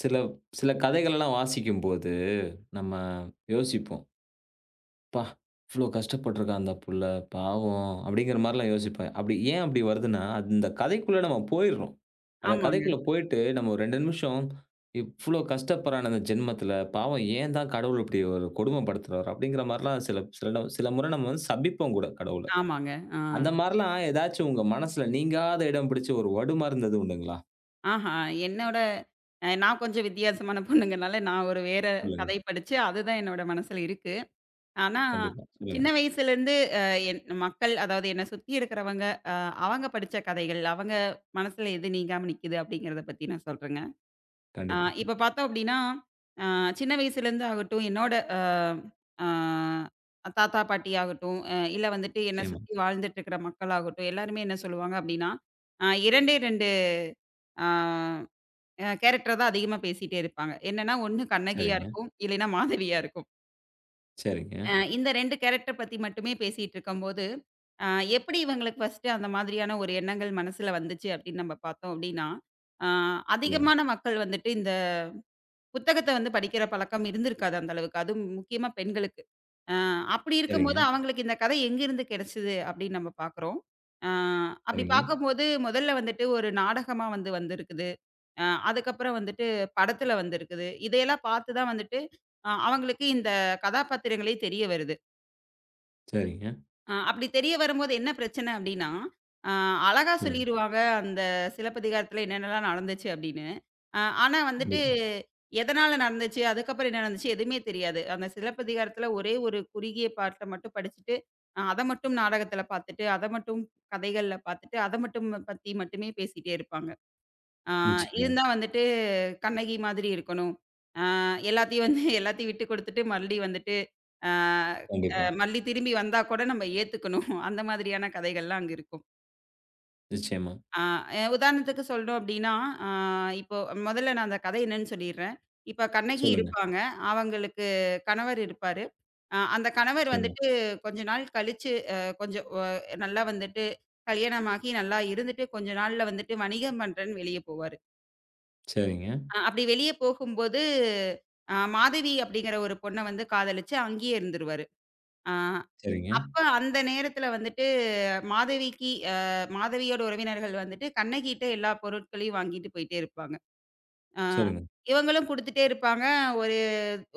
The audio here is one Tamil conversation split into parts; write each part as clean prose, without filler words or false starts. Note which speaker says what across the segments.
Speaker 1: சில சில கதைகள்லாம் வாசிக்கும்போது, நம்ம யோசிப்போம். "அப்பா! இவ்ளோ கஷ்டப்பட்டுருக்கான் அந்த புள்ள, பாவம்." அப்படிங்கிற மாரிலாம் யோசிப்பேன். அப்படி ஏன் அப்படி வருதுன்னா, அந்த கதைக்குள்ள நம்ம போயிர்றோம். அந்த
Speaker 2: ஆமாங்க,
Speaker 1: கதைக்குள்ள போயிட்டு, நம்ம ஒரு 2 நிமிஷம், "இவ்ளோ கஷ்டப்படுறானே இந்த ஜென்மத்தில, பாவம் ஏன் தான் கடவுள் இப்படி ஒரு கொடுமைப்படுத்துறாரு?" அப்படிங்கிற மாரிலாம் சில சில ட சில முறை நம்ம வந்து சபிப்போம் கூட கடவுள.
Speaker 2: ஆமாங்க. ஆ.
Speaker 1: அந்த மாரிலாம் ஏதாச்சும் உங்க மனசுல நீங்காத இடம் பிடிச்சு ஒரு வடுமாறுனது உண்டுங்களா?
Speaker 2: ஆஹா, என்னோட அ நான் கொஞ்சம் வித்தியாசமான பொண்ணுங்கனால, நான் ஒரு வேற
Speaker 1: சொல்லுங்க.
Speaker 2: கதை படிச்சு, அதுதான் என்னோட மனசுல இருக்கு. ஆனா,
Speaker 1: கண்டிப்பா. சொல்லுங்க.
Speaker 2: சின்ன வயசுலேருந்து அ என் மக்கள், அதாவது என்ன சுத்தி இருக்கிறவங்க, அ அவங்க படிச்ச கதைகள், அவங்க மனசுல எது நீங்காம நிக்குது அப்படிங்கிறத பத்தி நான் சொல்றேங்க. ஆ
Speaker 1: கண்டிப்பா.
Speaker 2: இப்ப பார்த்தோம் அப்படின்னா, அ சின்ன வயசுலேருந்து ஆகட்டும், என்னோட அ ஆ தாத்தா, பாட்டி ஆகட்டும், இல்ல வந்துட்டு என்ன
Speaker 1: நிச்சயமா.
Speaker 2: சுத்தி வாழ்ந்துட்டு இருக்கிற மக்கள் ஆகட்டும், எல்லாருமே என்ன சொல்லுவாங்க அப்படின்னா, 2 2 ஆ அ கேரக்டர் தான் அதிகமா பேசிட்டே இருப்பாங்க. என்னன்னா, ஒண்ணு கண்ணகியா
Speaker 1: சரிங்க.
Speaker 2: இருக்கும். இல்லைன்னா மாதவியா இருக்கும்.
Speaker 1: சரிங்க.
Speaker 2: இந்த 2 கேரக்டர் பத்தி மட்டுமே பேசிட்டு இருக்கும்போது, அ எப்படி இவங்களுக்கு ஃபர்ஸ்ட்டு அந்த மாதிரியான ஒரு எண்ணங்கள் மனசுல வந்துச்சு அப்படின்னு நம்ம பார்த்தோம் அப்படின்னா, அ
Speaker 1: இல்லங்க.
Speaker 2: அதிகமான மக்கள் வந்துட்டு இந்த புத்தகத்த வந்து படிக்கிற பழக்கம் இருந்திருக்காது அந்த அளவுக்கு. அதுவும் முக்கியமா பெண்களுக்கு. அ அப்படி
Speaker 1: சரிங்க,
Speaker 2: இருக்கும்போது அவங்களுக்கு இந்த கதை எங்கிருந்து கிடைச்சது அப்படின்னு நம்ம பார்க்குறோம். அ அப்படி
Speaker 1: சரிங்க,
Speaker 2: பார்க்கும்போது முதல்ல வந்துட்டு ஒரு நாடகமா வந்து வந்திருக்குது. அதுக்கப்புறம் வந்துட்டு படத்துல வந்திருக்குது. இதையெல்லாம் பார்த்து தான் வந்துட்டு அவங்களுக்கு இந்த கதாபாத்திரங்களே தெரிய வருது.
Speaker 1: சரிங்க.
Speaker 2: அப்படி தெரிய வரும்போது என்ன பிரச்சனை அப்படின்னா, அ அழகா
Speaker 1: ம்.
Speaker 2: சொல்லிருவாங்க அந்த சிலப்பதிகாரத்துல என்னென்னலாம் நடந்துச்சு அப்படின்னு. ஆனா வந்துட்டு
Speaker 1: கண்டிப்பா.
Speaker 2: எதனால நடந்துச்சு, அதுக்கப்புறம் என்ன நடந்துச்சு எதுவுமே தெரியாது. அந்த சிலப்பதிகாரத்துல ஒரே ஒரு குறுகிய பார்ட்ட மட்டும் படிச்சுட்டு, அத மட்டும் நாடகத்துல பார்த்துட்டு, அத மட்டும் கதைகள்ல பார்த்துட்டு, அத மட்டும் பத்தி மட்டுமே பேசிட்டே இருப்பாங்க. ஆ
Speaker 1: நிச்சயமா,
Speaker 2: இருந்தா வந்துட்டு கண்ணகி மாதிரி இருக்கணும். ஆ எல்லாத்தையும் வந்து எல்லாத்தையும் விட்டு குடுத்துட்டு மறுபடி வந்துட்டு, ஆ அ
Speaker 1: கண்டிப்பா.
Speaker 2: மறுபடி திரும்பி வந்தா கூட நம்ம ஏத்துக்கணும். அந்த மாதிரியான கதைகள்லாம் அங்க இருக்கும்.
Speaker 1: நிச்சயமா.
Speaker 2: ஆ அ உதாரணத்துக்கு சொல்லணும் அப்டின்னா, ஆ இப்போ மொதல்ல நான் அந்த கதை என்னன்னு சொல்லிர்றேன். இப்ப கண்ணகி
Speaker 1: சொல்லுங்க.
Speaker 2: இருப்பாங்க. அவங்களுக்கு கணவர் இருப்பாரு. அந்த கணவர்
Speaker 1: நிச்சயமா.
Speaker 2: வந்துட்டு கொஞ்ச நாள் கழிச்சு அ கொஞ்சம் அ நல்லா வந்துட்டு கல்யாணமாகி நல்லா இருந்துட்டு, கொஞ்ச நாள்ல வந்துட்டு வணிகம் பண்றேன்னு வெளிய போவாரு.
Speaker 1: சரிங்க,
Speaker 2: அப்படி வெளிய போகும்போது, மாதவி அப்படிங்கிற ஒரு பொண்ண வந்து காதலிச்சு அங்கேயே இருந்துருவாரு. அ
Speaker 1: சரிங்க.
Speaker 2: அப்ப அந்த நேரத்துல வந்துட்டு மாதவிக்கு அ மாதவியோட உறவினர்கள் வந்துட்டு கண்ணகிட்ட எல்லா பொருட்களையும் வாங்கிட்டு போயிட்டே இருப்பாங்க. அ
Speaker 1: சொல்லுங்க.
Speaker 2: இவங்களும் குடுத்துட்டே இருப்பாங்க. ஒரு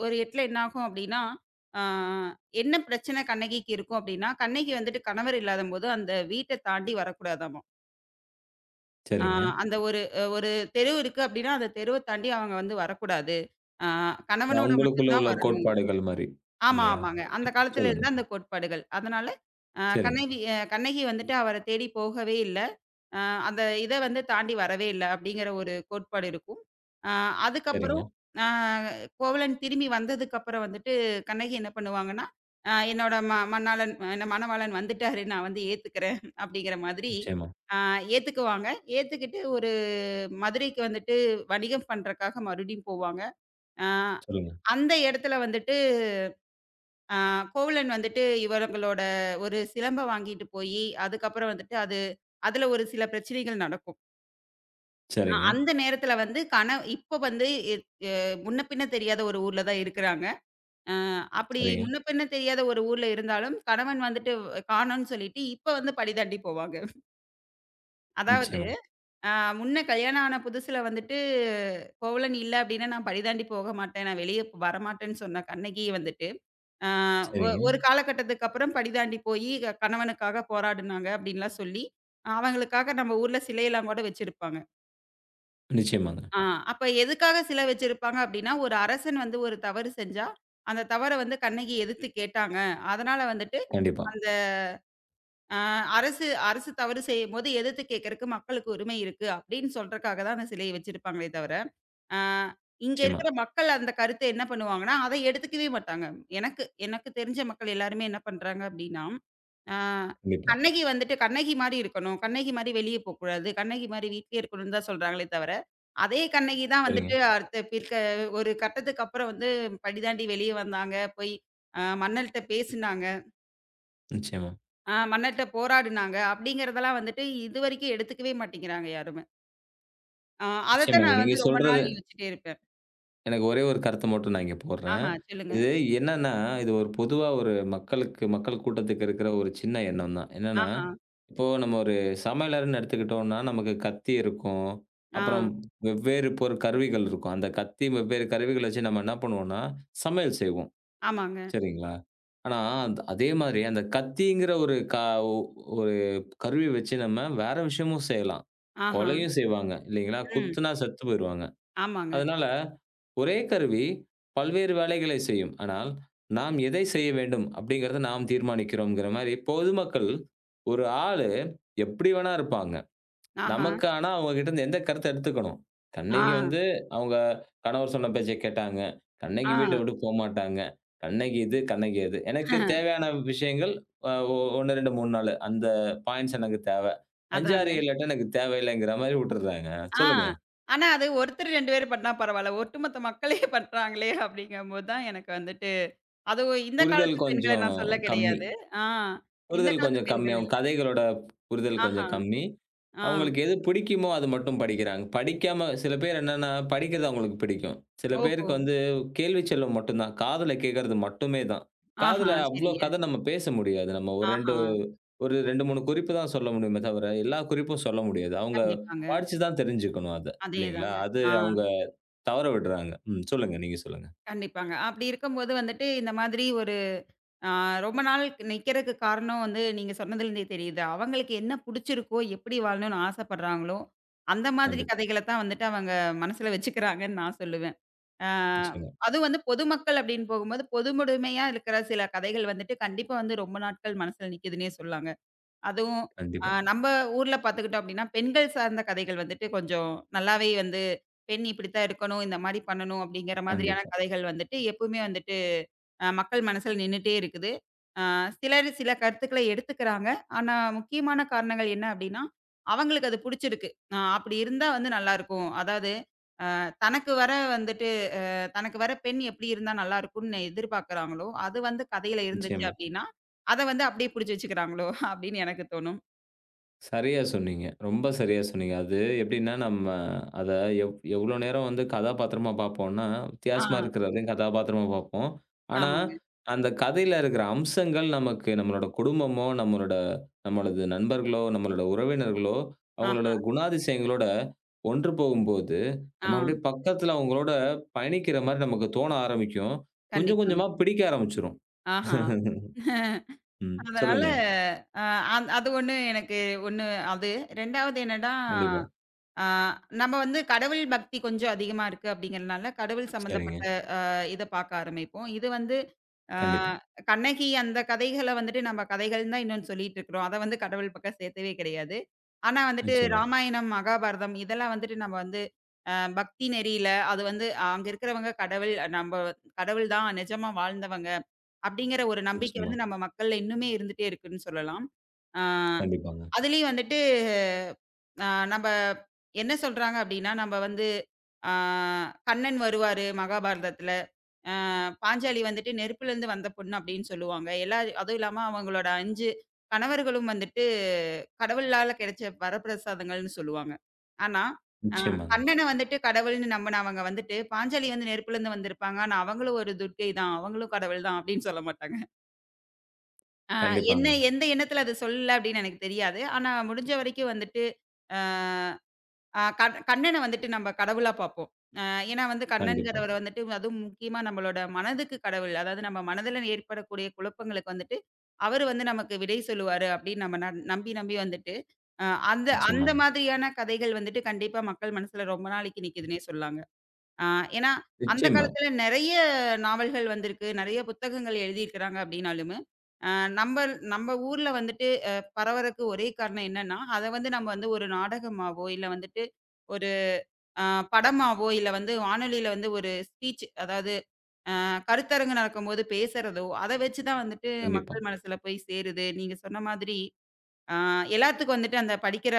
Speaker 2: ஒரு இடத்துல என்ன ஆகும் அப்படின்னா, அ என்ன பிரச்சனை கண்ணகிக்கு இருக்கும் அப்படின்னா, கண்ணகி வந்துட்டு கணவர் இல்லாதம்போது அந்த வீட்ட தாண்டி வரக்கூடாதாமா. ஆ
Speaker 1: சரிங்க.
Speaker 2: அந்த ஒரு ஒரு தெரு இருக்கு அப்டின்னா, அந்த தெருவ தாண்டி அவங்க வந்து வரக்கூடாது. ஆ கணவனோட மட்டும்
Speaker 1: அவங்களுக்குள்ள
Speaker 2: தான்
Speaker 1: உள்ள
Speaker 2: வரணும்.
Speaker 1: கோட்பாடுகள் மாரி
Speaker 2: ஆமா,
Speaker 1: இல்லையா?
Speaker 2: ஆமாங்க.
Speaker 1: ஓகே.
Speaker 2: அந்த காலத்துல
Speaker 1: சொல்லுங்க.
Speaker 2: இருந்த அந்த கோட்பாடுகள். அதனால அ
Speaker 1: சரிங்க,
Speaker 2: கண்ணகி அ கண்ணகி வந்துட்டு அவர தேடி போகவே இல்ல. அ அந்த இத வந்து தாண்டி வரவே இல்ல அப்டிங்கிற ஒரு கோட்பாடு இருக்கும். ஆ அதுக்கப்புறம்
Speaker 1: சரிங்க.
Speaker 2: ஆ கோவலன் திரும்பி வந்ததுக்கப்புறம் வந்துட்டு கண்ணகி என்ன பண்ணுவாங்கன்னா, அ என்னோட ம மணாளன் என்ன மணவாளன் வந்துட்டாரு. நான் வந்து ஏத்துக்கிறேன் அப்டிங்கிற மாதிரி
Speaker 1: நிச்சயமா.
Speaker 2: ஆ ஏத்துக்குவாங்க. ஏத்துக்கிட்டு மதுரைக்கு வந்துட்டு வணிகம் பண்றக்காக மறுபடியும் போவாங்க. அ
Speaker 1: சொல்லுங்க.
Speaker 2: அந்த இடத்துல வந்துட்டு அ கோவலன் வந்துட்டு இவங்களோட ஒரு சிலம்ப வாங்கிட்டு போயி, அதுக்கப்புறம் வந்துட்டு அதுல ஒரு சில பிரச்சனைகள் நடக்கும். அ
Speaker 1: சரிங்க,
Speaker 2: அந்த நேரத்துல வந்து கண இப்ப வந்து எ எ முன்ன பின்ன தெரியாத ஒரு ஊர்ல தான் இருக்கிறாங்க. அ அப்படி
Speaker 1: சரிங்க.
Speaker 2: முன்ன பின்ன தெரியாத ஒரு ஊர்ல இருந்தாலும் கணவன் வந்துட்டு காணோம்னு சொல்லிட்டு இப்ப வந்து பழி தாண்டி போவாங்க. அதாவது
Speaker 1: நிச்சயமா.
Speaker 2: ஆ முன்ன கல்யாணம் ஆன புதுசுல வந்துட்டு, "கோவலன் இல்ல அப்டின்னா நான் பழிதாண்டி போக மாட்டேன். நான் வெளிய வரமாட்டேன்னு" சொன்ன கண்ணகி வந்துட்டு, ஆ ஒ
Speaker 1: சரிங்க.
Speaker 2: ஒரு காலகட்டத்துக்கு அப்புறம் பழிதாண்டி போயி கணவனுக்காக போராடுனாங்க அப்டின்லாம் சொல்லி, அவங்களுக்காக நம்ம ஊர்ல சிலையெல்லாம் கூட வச்சிருப்பாங்க.
Speaker 1: நிச்சயமாங்க.
Speaker 2: ஆ அப்ப எதுக்காக சிலை வச்சிருப்பாங்க அப்டின்னா, ஒரு அரசன் வந்து ஒரு தவறு செஞ்சா, அந்த தவற வந்து கண்ணகி எதிர்த்து கேட்டாங்க. அதனால வந்துட்டு
Speaker 1: கண்டிப்பா.
Speaker 2: அந்த ஆ அரசு அரசு தவறு செய்யும்போது எதிர்த்து கேட்கறக்கு மக்களுக்கு உரிமை இருக்கு அப்டின்னு சொல்றக்காக தான் அந்த சிலைய வச்சிருப்பாங்களே தவிர ஆ இங்க
Speaker 1: நிச்சயமா,
Speaker 2: இருக்கிற மக்கள் அந்த கருத்த என்ன பண்ணுவாங்கன்னா, அத எடுத்துக்கவே மாட்டாங்க. எனக்கு எனக்கு தெரிஞ்ச மக்கள் எல்லாருமே என்ன பண்றாங்க அப்டின்னா, ஆ
Speaker 1: கண்டிப்பா.
Speaker 2: கண்ணகி வந்துட்டு கண்ணகி மாரி இருக்கணும். கண்ணகி மாரி வெளிய போக்கூடாது. கண்ணகி மாரி வீட்லயே இருக்கணும்னு தான் சொல்றாங்களே தவிர, அதே கண்ணகி தான்
Speaker 1: சரிங்க.
Speaker 2: வந்துட்டு அடுத்த பிற்க ஒரு கட்டத்துக்கு அப்புறம் வந்து படி தாண்டி வெளிய வந்தாங்க. போய் மன்னர்ட்ட பேசுனாங்க.
Speaker 1: நிச்சயமா.
Speaker 2: மன்னர்ட்ட போராடுனாங்க. அப்படிங்கிறதெல்லாம் வந்துட்டு இதுவரைக்கும் எடுத்துக்கவே மாட்டேங்கிறாங்க யாருமே. ஆ அதத்தான்
Speaker 1: நிச்சயமாங்க.
Speaker 2: நான்
Speaker 1: நீங்க
Speaker 2: வந்து ரொம்ப
Speaker 1: சொல்றது
Speaker 2: நாள் யோசிச்சுட்டே இருப்பேன்.
Speaker 1: எனக்கு ஒரே ஒரு கருத்து மட்டும் நான் இங்க போடுறேன்.
Speaker 2: ஆஹா, சொல்லுங்க.
Speaker 1: இது என்னன்னா, இது ஒரு பொதுவா ஒரு மக்களுக்கு மக்கள் கூட்டத்துக்கு இருக்கிற ஒரு சின்ன எண்ணம் தான். என்னன்னா,
Speaker 2: ஆஹா.
Speaker 1: இப்போ நம்ம ஒரு சமையலறைன்னு எடுத்துக்கிட்டோம்னா, நமக்கு கத்தி இருக்கும்.
Speaker 2: ஆ.
Speaker 1: அப்புறம் வெவ்வேறு கருவிகள் இருக்கும். அந்த கத்தி, வெவ்வேறு கருவிகள வச்சு நம்ம என்ன பண்ணுவோம்னா, சமையல் செய்வோம்.
Speaker 2: ஆமாங்க.
Speaker 1: சரிங்களா? ஆனா, அந்த அதே மாதிரி அந்த கத்திங்கிற ஒரு ஒரு கருவி வச்சு நம்ம வேற விஷயமும் செய்யலாம்.
Speaker 2: ஆஹா.
Speaker 1: கொலையும் செய்வாங்க. இல்லைங்களா?
Speaker 2: ம்.
Speaker 1: குத்துனா செத்து போயிருவாங்க.
Speaker 2: ஆமாங்க.
Speaker 1: அதனால ஒரே கருவி பல்வேறு வேலைகளை செய்யும். ஆனால், நாம் எதை செய்ய வேண்டும் அப்படிங்கிறத நாம் தீர்மானிக்கிறோம்ங்கிற மாரி, பொதுமக்கள் ஒரு ஆளு எப்படி வேணா இருப்பாங்க.
Speaker 2: ஆஹா.
Speaker 1: நமக்கு ஆனா அவங்க கிட்டேருந்து எந்த கருத்த எடுத்துக்கணும்.
Speaker 2: ஆ,
Speaker 1: கண்ணகி வந்து அவங்க கணவர் சொன்ன பேச்ச கேட்டாங்க. கண்ணகி
Speaker 2: ஆ.
Speaker 1: வீட்ட விட்டு போமாட்டாங்க. கண்ணகி இது, கண்ணகி அது. எனக்கு தேவையான விஷயங்கள் அ ஒ 1, 2, 3, 4 அந்த பாயிண்ட்ஸ் எனக்கு தேவ. 5,
Speaker 2: அதாங்க.
Speaker 1: 6, 7, 8 எனக்கு தேவையில்லைங்கிற மாரி விட்டுர்றாங்க.
Speaker 2: ஆ.
Speaker 1: சொல்லுங்க.
Speaker 2: ஆனா அது ஒருத்தர் 2 பேர் பண்ணா பரவால்ல. ஒட்டுமொத்த மக்களே பண்றாங்களே அப்படிங்கும்போது தான் எனக்கு வந்துட்டு அதுவும் இந்த
Speaker 1: புரிதல்
Speaker 2: காலத்து பெண்கள
Speaker 1: கொஞ்சம்
Speaker 2: நான் சொல்ல
Speaker 1: கம்மி.
Speaker 2: கிடையாது. ஆ. இந்த
Speaker 1: புரிதல்
Speaker 2: காலத்து
Speaker 1: கொஞ்சம்
Speaker 2: பெண்கள்
Speaker 1: கம்மியாகும்.
Speaker 2: இல்ல.
Speaker 1: கதைகளோட புரிதல்
Speaker 2: ஆஹா.
Speaker 1: கொஞ்சம் கம்மி.
Speaker 2: ஆ.
Speaker 1: அவங்களுக்கு எது பிடிக்குமோ அது மட்டும் படிக்கிறாங்க. படிக்காம சில பேர் என்னன்னா, படிக்கிறது அவங்களுக்கு பிடிக்கும். சில
Speaker 2: ஓஹோ!
Speaker 1: பேருக்கு வந்து கேள்வி செல்வம் மட்டும்தான். காதுல கேட்கறது மட்டுமே தான்.
Speaker 2: ஆஹா.
Speaker 1: காதுல அவ்ளோ
Speaker 2: சரிங்க.
Speaker 1: கதை நம்ம பேச முடியாது. நம்ம ஒரு 2
Speaker 2: ஆஹா.
Speaker 1: ஒரு 2, 3 குறிப்பு தான் சொல்ல முடியுமே தவிர, எல்லா குறிப்பும் சொல்ல முடியாது. அவங்க
Speaker 2: கண்டிப்பாங்க.
Speaker 1: படிச்சு தான் தெரிஞ்சுக்கணும் அத. இல்லைங்களா?
Speaker 2: அதேதாங்க.
Speaker 1: அது
Speaker 2: ஆ.
Speaker 1: அவங்க தவற விடுறாங்க. ம். சொல்லுங்க. நீங்க சொல்லுங்க.
Speaker 2: கண்டிப்பாங்க. அப்படி இருக்கும்போது வந்துட்டு இந்த மாதிரி ஒரு ஆ ரொம்ப நாள் நிக்கிறதுக்கு காரணம் வந்து நீங்க சொன்னதுலேருந்தே தெரியுது. அவங்களுக்கு என்ன புடிச்சிருக்கோ, எப்படி வாழணும்னு ஆசைப்படுறாங்களோ, அந்த மாதிரி
Speaker 1: கண்டிப்பா.
Speaker 2: கதைகள தான் வந்துட்டு அவங்க மனசுல வச்சுக்கிறாங்கன்னு நான் சொல்லுவேன். ஆ
Speaker 1: நிச்சயமா.
Speaker 2: அதுவும் வந்து பொதுமக்கள் அப்படின்னு போகும்போது, பொதுமுடமையா இருக்கிற சில கதைகள் வந்துட்டு கண்டிப்பா வந்து ரொம்ப நாட்கள் மனசுல நிக்குதுன்னே சொல்லாங்க. அதுவும்
Speaker 1: கண்டிப்பா,
Speaker 2: நம்ப ஊர்ல பார்த்துக்கிட்டோம் அப்படின்னா, பெண்கள் சார்ந்த கதைகள் வந்துட்டு கொஞ்சம் நல்லாவே வந்து பெண் இப்படித்தான் இருக்கணும், இந்த மாரி பண்ணணும் அப்படிங்கிற மாதிரியான
Speaker 1: கண்டிப்பா.
Speaker 2: கதைகள் வந்துட்டு எப்பவுமே வந்துட்டு மக்கள் மனசுல நின்னுட்டே இருக்குது. அ சிலர் சில கருத்துக்கள எடுத்துக்கிறாங்க. ஆனா, முக்கியமான காரணங்கள் என்ன அப்டின்னா, அவங்களுக்கு அது புடிச்சிருக்கு. அப்டி இருந்தா வந்து நல்லாருக்கும். அதாவது தனக்கு வர வந்துட்டு தனக்கு வர பெண் எப்டி இருந்தா நல்லாருக்கும்னு எதிர்பார்க்குறாங்களோ, அது வந்து கதையில இருந்துச்சு
Speaker 1: நிச்சயமா.
Speaker 2: அப்டின்னா, அத வந்து அப்டியே புடிச்சு வச்சுக்கிறாங்களோ அப்டின்னு எனக்கு தோணும்.
Speaker 1: சரியா சொன்னீங்க. ரொம்ப சரியா சொன்னீங்க. அது எப்படின்னா, நம்ம அத எவ் எவ்ளோ நேரம் வந்து கதாபாத்திரமா பார்ப்போம்னா,
Speaker 2: ஆ
Speaker 1: வித்தியாசமா இருக்கிறதையும் கதாபாத்திரமா பார்ப்போம். ஆனா,
Speaker 2: ஆமாங்க.
Speaker 1: அந்த கதையில இருக்கிற அம்சங்கள் நமக்கு நம்மளோட குடும்பமோ, நம்மளோட நம்மளது நண்பர்களோ, நம்மளோட உறவினர்களோ, அவங்களோட
Speaker 2: ஆஹா.
Speaker 1: குணாதிசயங்களோட ஒன்று போகும்போது,
Speaker 2: ஆ,
Speaker 1: நம்ம அப்படியே பக்கத்துல அவங்களோட பயணிக்கிற மாரி நமக்கு தோண ஆரம்பிக்கும். கொஞ்சம்
Speaker 2: கண்டிப்பாங்க.
Speaker 1: கொஞ்சமா பிடிக்க ஆரம்பிச்சுரும்.
Speaker 2: ஆஹா.
Speaker 1: ம்.
Speaker 2: அதனால
Speaker 1: சொல்லுங்க.
Speaker 2: அ அந் அது ஒண்ணு எனக்கு ஒண்ணு அது. 2வது என்னன்னா,
Speaker 1: கண்டிப்பா.
Speaker 2: ஆ, நம்ம வந்து கடவுள் பக்தி கொஞ்சம் அதிகமா இருக்கு அப்படிங்கிறனால, கடவுள்
Speaker 1: சரிங்க.
Speaker 2: சம்மந்தப்பட்ட இத பாக்க ஆரம்பிப்போம். இது வந்து ஆ
Speaker 1: கண்டிப்பா.
Speaker 2: கண்ணகி அந்த கதைகள வந்துட்டு நம்ம கதைகள்னு தான் இன்னும் சொல்லிட்டு இருக்கிறோம். அத வந்து கடவுள் பக்கம் சேர்த்தவே கிடையாது. ஆனா வந்துட்டு
Speaker 1: நிச்சயமா,
Speaker 2: ராமாயணம், மகாபாரதம் இதெல்லாம் வந்துட்டு நம்ம வந்து அ பக்தி நெறியில அது வந்து அங்க இருக்கிறவங்க கடவுள் தான் நிஜமா வாழ்ந்தவங்க, அப்படிங்கிற ஒரு நம்பிக்கை
Speaker 1: நிச்சயமா.
Speaker 2: வந்து நம்ம மக்கள்ல இன்னுமே இருந்துட்டே இருக்குன்னு சொல்லலாம். ஆ.
Speaker 1: கண்டிப்பாங்க.
Speaker 2: அதுலயும் வந்துட்டு அ நம்ப என்ன சொல்றாங்க அப்டின்னா, நம்ப வந்து ஆ கண்ணன் வருவாரு மகாபாரதத்துல. பாஞ்சாலி வந்துட்டு நெருப்புலேருந்து வந்த பொண்ணு அப்டின்னு சொல்லுவாங்க. அதுவும் இல்லாம அவங்களோட 5 கணவர்களும் வந்துட்டு கடவுளால கிடைச்ச வரப்பிரசாதங்கள்னு சொல்லுவாங்க. ஆனா, அ
Speaker 1: நிச்சயமாங்க.
Speaker 2: கண்ணன வந்துட்டு கடவுள்னு நம்புனவங்க வந்துட்டு, பாஞ்சாலி வந்து நெருப்புலேருந்து வந்திருப்பாங்க. ஆனா, அவங்களும் ஒரு துர்க்கை தான். அவங்களும் கடவுள் தான் அப்டின்னு சொல்ல மாட்டாங்க. அ என்ன
Speaker 1: கண்டிப்பாங்க.
Speaker 2: எந்த எண்ணத்துல அது சொல்லல அப்டின்னு எனக்கு தெரியாது. ஆனா முடிஞ்ச வரைக்கும் வந்துட்டு, ஆ ஆ கண் கண்ணன வந்துட்டு நம்ம கடவுளா பார்ப்போம். அ ஏன்னா வந்து
Speaker 1: கண்டிப்பா.
Speaker 2: கண்ணன்கிறவர் வந்துட்டு அதுவும் முக்கியமா நம்மளோட மனதுக்கு கடவுள். அதாவது நம்ம மனதில ஏற்படக்கூடிய குழப்பங்களுக்கு வந்துட்டு, அவரு வந்து நமக்கு விடை சொல்லுவாரு அப்படின்னு நம்ம நம்பி வந்துட்டு, அ அந்த அந்த
Speaker 1: நிச்சயமாங்க.
Speaker 2: மாதிரியான கதைகள் வந்துட்டு கண்டிப்பா மக்கள் மனசுல ரொம்ப நாளைக்கு நிக்குதுன்னே சொல்லலாங்க. ஆ ஏன்னா, அந்த
Speaker 1: நிச்சயமா.
Speaker 2: காலத்துல நெறைய நாவல்கள் வந்திருக்கு. நெறைய புத்தகங்கள் எழுதியிருக்கிறாங்க அப்படின்னாலுமே, அ நம்ப நம்ப ஊர்ல வந்துட்டு பரவறக்கு ஒரே காரணம் என்னன்னா, அத வந்து நம்ம வந்து ஒரு நாடகமாவோ, இல்ல வந்துட்டு ஒரு அ படமாவோ, இல்ல வந்து வானொலியில வந்து ஒரு ஸ்பீச் அதாவது கருத்தரங்கு நடக்கும்போது பேசுறதோ, அத வச்சு தான் வந்துட்டு
Speaker 1: கண்டிப்பா.
Speaker 2: மக்கள் மனசுல போய் சேருது. நீங்க சொன்ன மாதிரி ஆ எல்லாத்துக்கும் வந்துட்டு அந்த படிக்கிற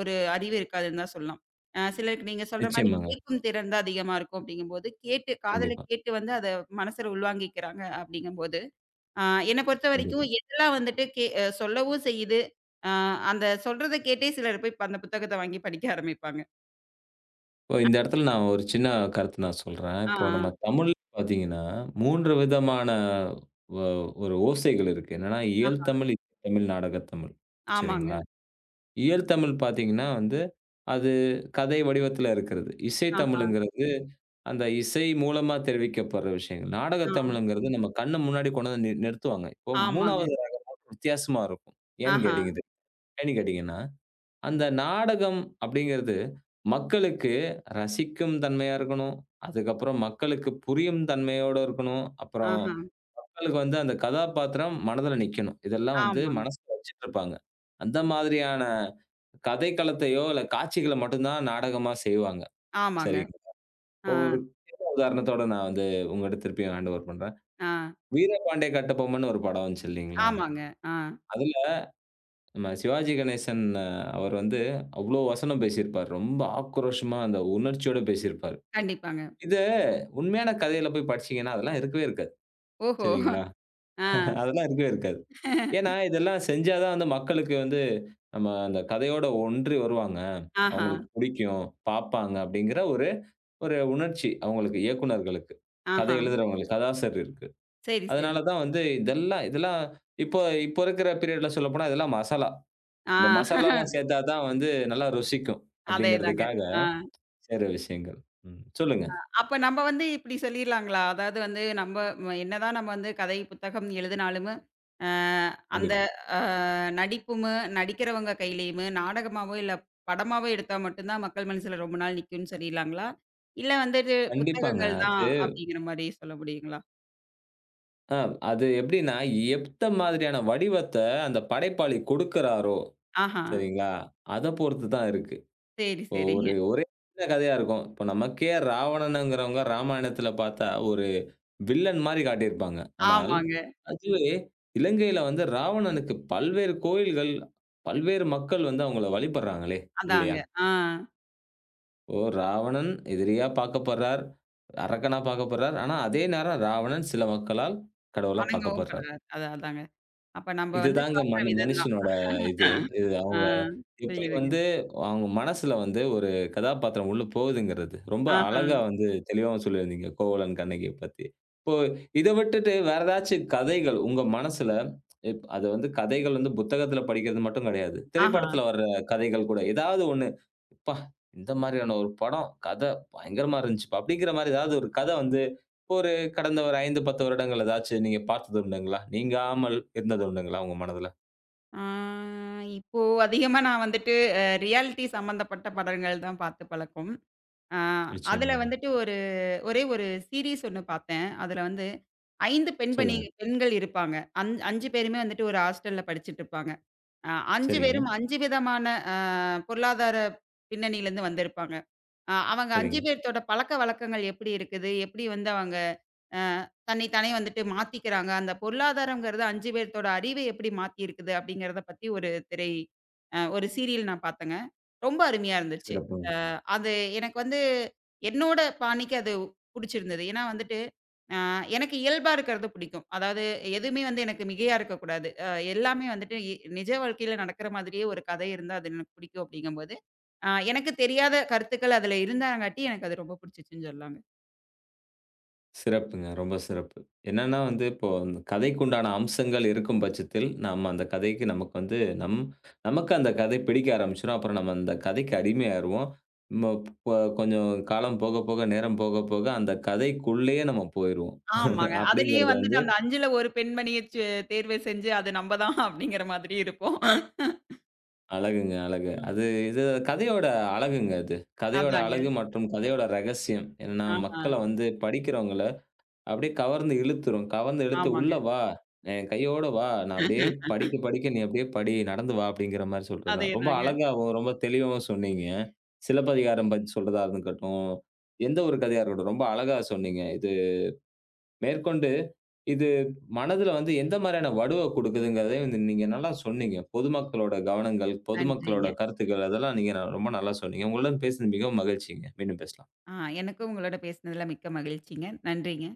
Speaker 2: ஒரு அறிவு இருக்காதுன்னு தான் சொல்லலாம். சிலருக்கு நீங்க சொல்ற மாரி
Speaker 1: நிச்சயமாங்க.
Speaker 2: கேட்கும் திறன் தான் அதிகமா இருக்கும் அப்படிங்கும்போது, கேட்டு காதுல
Speaker 1: கண்டிப்பா,
Speaker 2: கேட்டு வந்து அத மனசுல உள்வாங்கிக்கிறாங்க அப்படிங்கும்போது, அ என்ன பொறுத்தவரைக்கும்
Speaker 1: கண்டிப்பா.
Speaker 2: எதெல்லாம் வந்துட்டு கே அ சொல்லவும் செய்யுது, அ அந்த சொல்றத கேட்டே சிலர் போய் அந்த புத்தகத்த வாங்கி படிக்க ஆரம்பிப்பாங்க.
Speaker 1: இப்போ இந்த இடத்துல நான் ஒரு சின்ன கருத்து நான் சொல்றேன்.
Speaker 2: ஆ,
Speaker 1: இப்போ
Speaker 2: ஆ,
Speaker 1: நம்ம தமிழ்ல பார்த்தீங்கன்னா, 3 விதமான ஒ ஒரு ஓசைகள் இருக்கு. என்னன்னா, இயல்
Speaker 2: ஆஹா,
Speaker 1: தமிழ், இசை தமிழ், நாடகத் தமிழ்.
Speaker 2: ஆமாங்க.
Speaker 1: சரிங்களா? இயல் தமிழ் பார்த்தீங்கன்னா வந்து, அது கதை வடிவத்தில இருக்கிறது. இசை
Speaker 2: ஆஹா,
Speaker 1: தமிழ்ங்கிறது அந்த இசை மூலமா தெரிவிக்கப்படுற விஷயங்கள்.
Speaker 2: ஆ,
Speaker 1: நாடகத் தமிழ்ங்கிறது நம்ம கண்ணு முன்னாடி கொண்டு வந்து நிறுத்துவாங்க. இப்போ
Speaker 2: ஆமாங்க.
Speaker 1: 3வது வித்தியாசமா இருக்கும். ஏன்னு ம்.
Speaker 2: ஆஹா,
Speaker 1: கேட்டீங்க ஏன்னு கேட்டீங்கன்னா, அந்த நாடகம் அப்படிங்கிறது மக்களுக்கு ரசிக்கும் தன்மையா இருக்கணும். அதுக்கப்புறம் மக்களுக்கு புரியும் தன்மையோட இருக்கணும். அப்புறம்
Speaker 2: ஆஹா,
Speaker 1: மக்களுக்கு வந்து அந்த கதாபாத்திரம் மனதில நிக்கணும். இதெல்லாம் வந்து
Speaker 2: ஆமாங்க,
Speaker 1: மனசுல வச்சுட்டுருப்பாங்க. அந்த மாதிரியான கதைக்களத்தையோ, இல்ல காட்சிகள மட்டும் தான் நாடகமா செய்வாங்க.
Speaker 2: ஆமாங்க.
Speaker 1: சரிங்க.
Speaker 2: ஆ,
Speaker 1: ஒரு உதாரணத்தோட நான் வந்து உங்கட்ட திருப்பியும் ஹேண்ட் ஓவர் பண்றேன்.
Speaker 2: ஆ,
Speaker 1: வீரபாண்டிய கட்டபொம்மன்னு ஒரு படம் வந்துச்சு இல்லைங்களா?
Speaker 2: ஆமாங்க. ஆ,
Speaker 1: அதுல நம்ம சிவாஜி கணேசன் அவர் வந்து அவ்ளோ வசனம் பேசியிருப்பார். ரொம்ப ஆக்ரோஷமா அந்த உணர்ச்சியோட பேசியிருப்பார்.
Speaker 2: கண்டிப்பாங்க.
Speaker 1: இத உண்மையான கதையில போய் படிச்சீங்கன்னா, அதெல்லாம் இருக்கவே இருக்காது.
Speaker 2: ஓஹோ!
Speaker 1: சரிங்களா?
Speaker 2: ஆ.
Speaker 1: அதெல்லாம் இருக்கவே இருக்காது. ஏன்னா, இதெல்லாம் செஞ்சா தான் வந்து மக்களுக்கு வந்து நம்ம அந்த கதையோட ஒன்றி வருவாங்க.
Speaker 2: ஆஹா,
Speaker 1: அவங்களுக்கு பிடிக்கும், பார்ப்பாங்க அப்படிங்கிற ஒரு ஒரு உணர்ச்சி அவங்களுக்கு இயக்குனர்களுக்கு. கதை
Speaker 2: ஆஹா.
Speaker 1: எழுதுறவங்களுக்கு, கதாசர் இருக்கு.
Speaker 2: சரி, சரி.
Speaker 1: அதனால தான் வந்து இதெல்லாம் இதெல்லாம் இப்போ இப்போ இருக்கிற பீரியட்ல சொல்லப்போனா இதெல்லாம் மசாலா.
Speaker 2: ஆ,
Speaker 1: இந்த மசாலாலாம் சேர்த்தா தான் வந்து நல்லா ருசிக்கும்
Speaker 2: அதேதாங்க.
Speaker 1: அப்படிங்கிறதுக்காக
Speaker 2: ஆ.
Speaker 1: செய்ற விஷயங்கள். ம். சொல்லுங்க.
Speaker 2: அப்ப நம்ம வந்து இப்டி சொல்லிர்லாங்களா? அதாவது வந்து நம்ம என்னதான் நம்ம வந்து கதை புத்தகம் எழுதினாலுமு, அ அந்த
Speaker 1: கண்டிப்பா.
Speaker 2: அ நடிப்புமு, நடிக்கிறவங்க கையிலயுமு, நாடகமாவோ இல்ல படமாவோ எடுத்தா மட்டும் தான் மக்கள் மனசுல ரொம்ப நாள் நிக்கும்னு சொல்லிர்லாங்களா? இல்ல வந்துட்டு
Speaker 1: கண்டிப்பாங்க.
Speaker 2: புத்தகங்கள் தான் அப்டிங்கிற மாரி சொல்ல முடியுங்களா?
Speaker 1: அ அது எப்படின்னா, எந்த மாதிரியான வடிவத்த அந்த படைப்பாளி கொடுக்கிறாரோ,
Speaker 2: ஆஹா.
Speaker 1: சரிங்களா? அத பொறுத்து தான் இருக்கு.
Speaker 2: சரி,
Speaker 1: இப்போ
Speaker 2: சரிங்க.
Speaker 1: ஒரே சின்ன கதையா இருக்கும். இப்போ நமக்கே ராவணனுங்கிறவங்க ராமாயணத்தில பார்த்தா ஒரு வில்லன் மாரி காட்டியிருப்பாங்க. ஆனால்,
Speaker 2: ஆமாங்க.
Speaker 1: அதுவே இலங்கையில வந்து ராவணனுக்கு பல்வேறு கோயில்கள், பல்வேறு மக்கள் வந்து அவங்கள வழிபடுறாங்களே!
Speaker 2: அதாங்க.
Speaker 1: இல்லையா?
Speaker 2: ஆ.
Speaker 1: ஓ! ராவணன் எதிரியா பார்க்கப்படுறார். அரக்கனா பார்க்கப்படுறார். ஆனா, அதே நேரம் ராவணன் சில மக்களால் கடவுளா
Speaker 2: வணங்கவும்
Speaker 1: பார்க்கப்படுறார்.
Speaker 2: படுறாரு. அதான் அதாங்க. அப்ப நம்ம வந்து
Speaker 1: இதுதாங்க
Speaker 2: காட்டுற
Speaker 1: மனு
Speaker 2: விதம் தான்.
Speaker 1: மனுஷனோட இது.
Speaker 2: அ,
Speaker 1: இது
Speaker 2: ஆ
Speaker 1: அவங்க எப்படி
Speaker 2: புரியுதுங்க.
Speaker 1: வந்து அவங்க மனசுல வந்து ஒரு கதாபாத்திரம் உள்ள போகுதுங்கிறது, ரொம்ப
Speaker 2: ஆஹா,
Speaker 1: அழகா வந்து தெளிவாவும் சொல்லியிருந்தீங்க, கோவலன் கண்ணகிய பத்தி. இப்போ இத விட்டுட்டு வேற ஏதாச்சும் கதைகள் உங்க மனசுல அது வந்து கதைகள் வந்து புத்தகத்துல படிக்கிறது மட்டும் கிடையாது.
Speaker 2: ஆஹா.
Speaker 1: திரைப்படத்துல வர்ற கதைகள் கூட ஏதாவது ஒண்ணு, "அப்பா! இந்த மாதிரியான ஒரு படம், கதை பயங்கரமா இருந்துச்சுப்பா!" அப்படிங்கிற மாரி ஏதாவது ஒரு கதை வந்து ஒரு கடந்த ஒரு 5, 10 வருடங்கள் ஏதாச்சும் நீங்க பார்த்தது உண்டுங்களா? நீங்காமல் இருந்தது உண்டுங்களா உங்க மனதுல?
Speaker 2: ஆ இப்போ அதிகமா நான் வந்துட்டு ரியாலிட்டி சம்மந்தப்பட்ட படங்கள் தான் பார்த்து பழக்கம். ஆ அதுல
Speaker 1: நிச்சயமாங்க.
Speaker 2: வந்துட்டு ஒரே ஒரு சீரிஸ் ஒண்ணு பார்த்தேன். அதுல வந்து 5 பெண்பணி
Speaker 1: சொல்லுங்க.
Speaker 2: பெண்கள் இருப்பாங்க. 5 பேருமே வந்துட்டு ஒரு ஹாஸ்டல்ல படிச்சுட்டு இருப்பாங்க. 5
Speaker 1: சரிங்க,
Speaker 2: பேரும் 5 விதமான அ பொருளாதார பின்னணியிலருந்து வந்திருப்பாங்க. அவங்க 5
Speaker 1: சரிங்க.
Speaker 2: பேத்தோட பழக்கவழக்கங்கள் எப்படி இருக்குது? எப்படி வந்து அவங்க அ தன்னை தானே வந்துட்டு மாத்திக்கிறாங்க. அந்த பொருளாதாரம்ங்கிறது 5 பேத்தோட அறிவை எப்படி மாத்தி இருக்குது அப்படிங்கிறத பத்தி ஒரு திரை அ ஒரு சீரியல் நான் பார்த்தேங்க. ரொம்ப அருமையா இருந்துச்சு.
Speaker 1: சிறப்புங்க.
Speaker 2: அது எனக்கு வந்து என்னோட பாணிக்கு அது புடிச்சிருந்தது. ஏன்னா வந்துட்டு, அ எனக்கு இயல்பா இருக்கிறது பிடிக்கும். அதாவது எதுவுமே வந்து எனக்கு மிகையா இருக்கக்கூடாது. எல்லாமே வந்துட்டு நிஜ வாழ்க்கையில நடக்கிற மாதிரியே ஒரு கதை இருந்தா அது எனக்கு பிடிக்கும் அப்படிங்கும்போது, எனக்கு தெரியாத கருத்துக்கள் அதுல இருந்தாங்காட்டி எனக்கு அது ரொம்ப பிடிச்சிச்சுன்னு சொல்லலாங்க.
Speaker 1: சிறப்புங்க. ரொம்ப சிறப்பு. என்னன்னா வந்து இப்போ கதைக்கு உண்டான அம்சங்கள் இருக்கும் பட்சத்தில், நம்ம அந்த கதைக்கு நமக்கு வந்து நமக்கு அந்த கதை பிடிக்க ஆரம்பிச்சுரும். அப்புறம் நம்ம அந்த கதைக்கு அடிமையாயிருவோம். நம்ம ப கொஞ்சம் காலம் போக போக, நேரம் போக போக அந்த கதைக்குள்ளேயே நம்ம போயிருவோம்.
Speaker 2: ஆமாங்க. அதிலேயே
Speaker 1: அப்படிங்கிறது வந்து
Speaker 2: வந்துட்டு அந்த 5ல ஒரு பெண்மணிய சு தேர்வு செஞ்சு அது நம்ப தான் அப்படிங்கிற மாதிரி இருக்கும்.
Speaker 1: அழகுங்க, அழகு.
Speaker 2: ம்.
Speaker 1: அது இது கதையோட அழகுங்க அது. கதையோட
Speaker 2: அதாங்க.
Speaker 1: அழகு மற்றும் கதையோட ரகசியம். என்னன்னா
Speaker 2: ஆஹா.
Speaker 1: மக்கள வந்து படிக்கிறவங்கள அப்படியே கவர்ந்து இழுத்துரும். கவர்ந்து இழுத்து
Speaker 2: ஆமாங்க.
Speaker 1: "உள்ள வா! என் கையோட வா! நான் அப்படியே படிக்க படிக்க நீ அப்படியே படி. நடந்து வா" அப்படிங்கிற மாரி சொல்றதா. ரொம்ப
Speaker 2: அதேதாங்க.
Speaker 1: அழகாவும், ரொம்ப தெளிவாவும் சொன்னீங்க. சிலப்பதிகாரம் பத்தி சொல்றதா இருக்கட்டும், எந்த ஒரு கதையா இருக்கட்டும், ரொம்ப அழகா சொன்னீங்க. இது மேற்கொண்டு இது மனதுல வந்து எந்த மாரியான வடுவ குடுக்குதுங்கிறதையும் வந்து நீங்க நல்லா சொன்னீங்க. பொதுமக்களோட கவனங்கள், பொதுமக்களோட
Speaker 2: நன்றிங்க.
Speaker 1: கருத்துக்கள் அதெல்லாம் நீங்க ரொம்ப நல்லா சொன்னீங்க. உங்களுடன் பேசினது மிகவும் மகிழ்ச்சிங்க. மீண்டும் பேசலாம்.
Speaker 2: ஆ எனக்கும் உங்களோட பேசினதுல மிக்க மகிழ்ச்சிங்க. நன்றிங்க.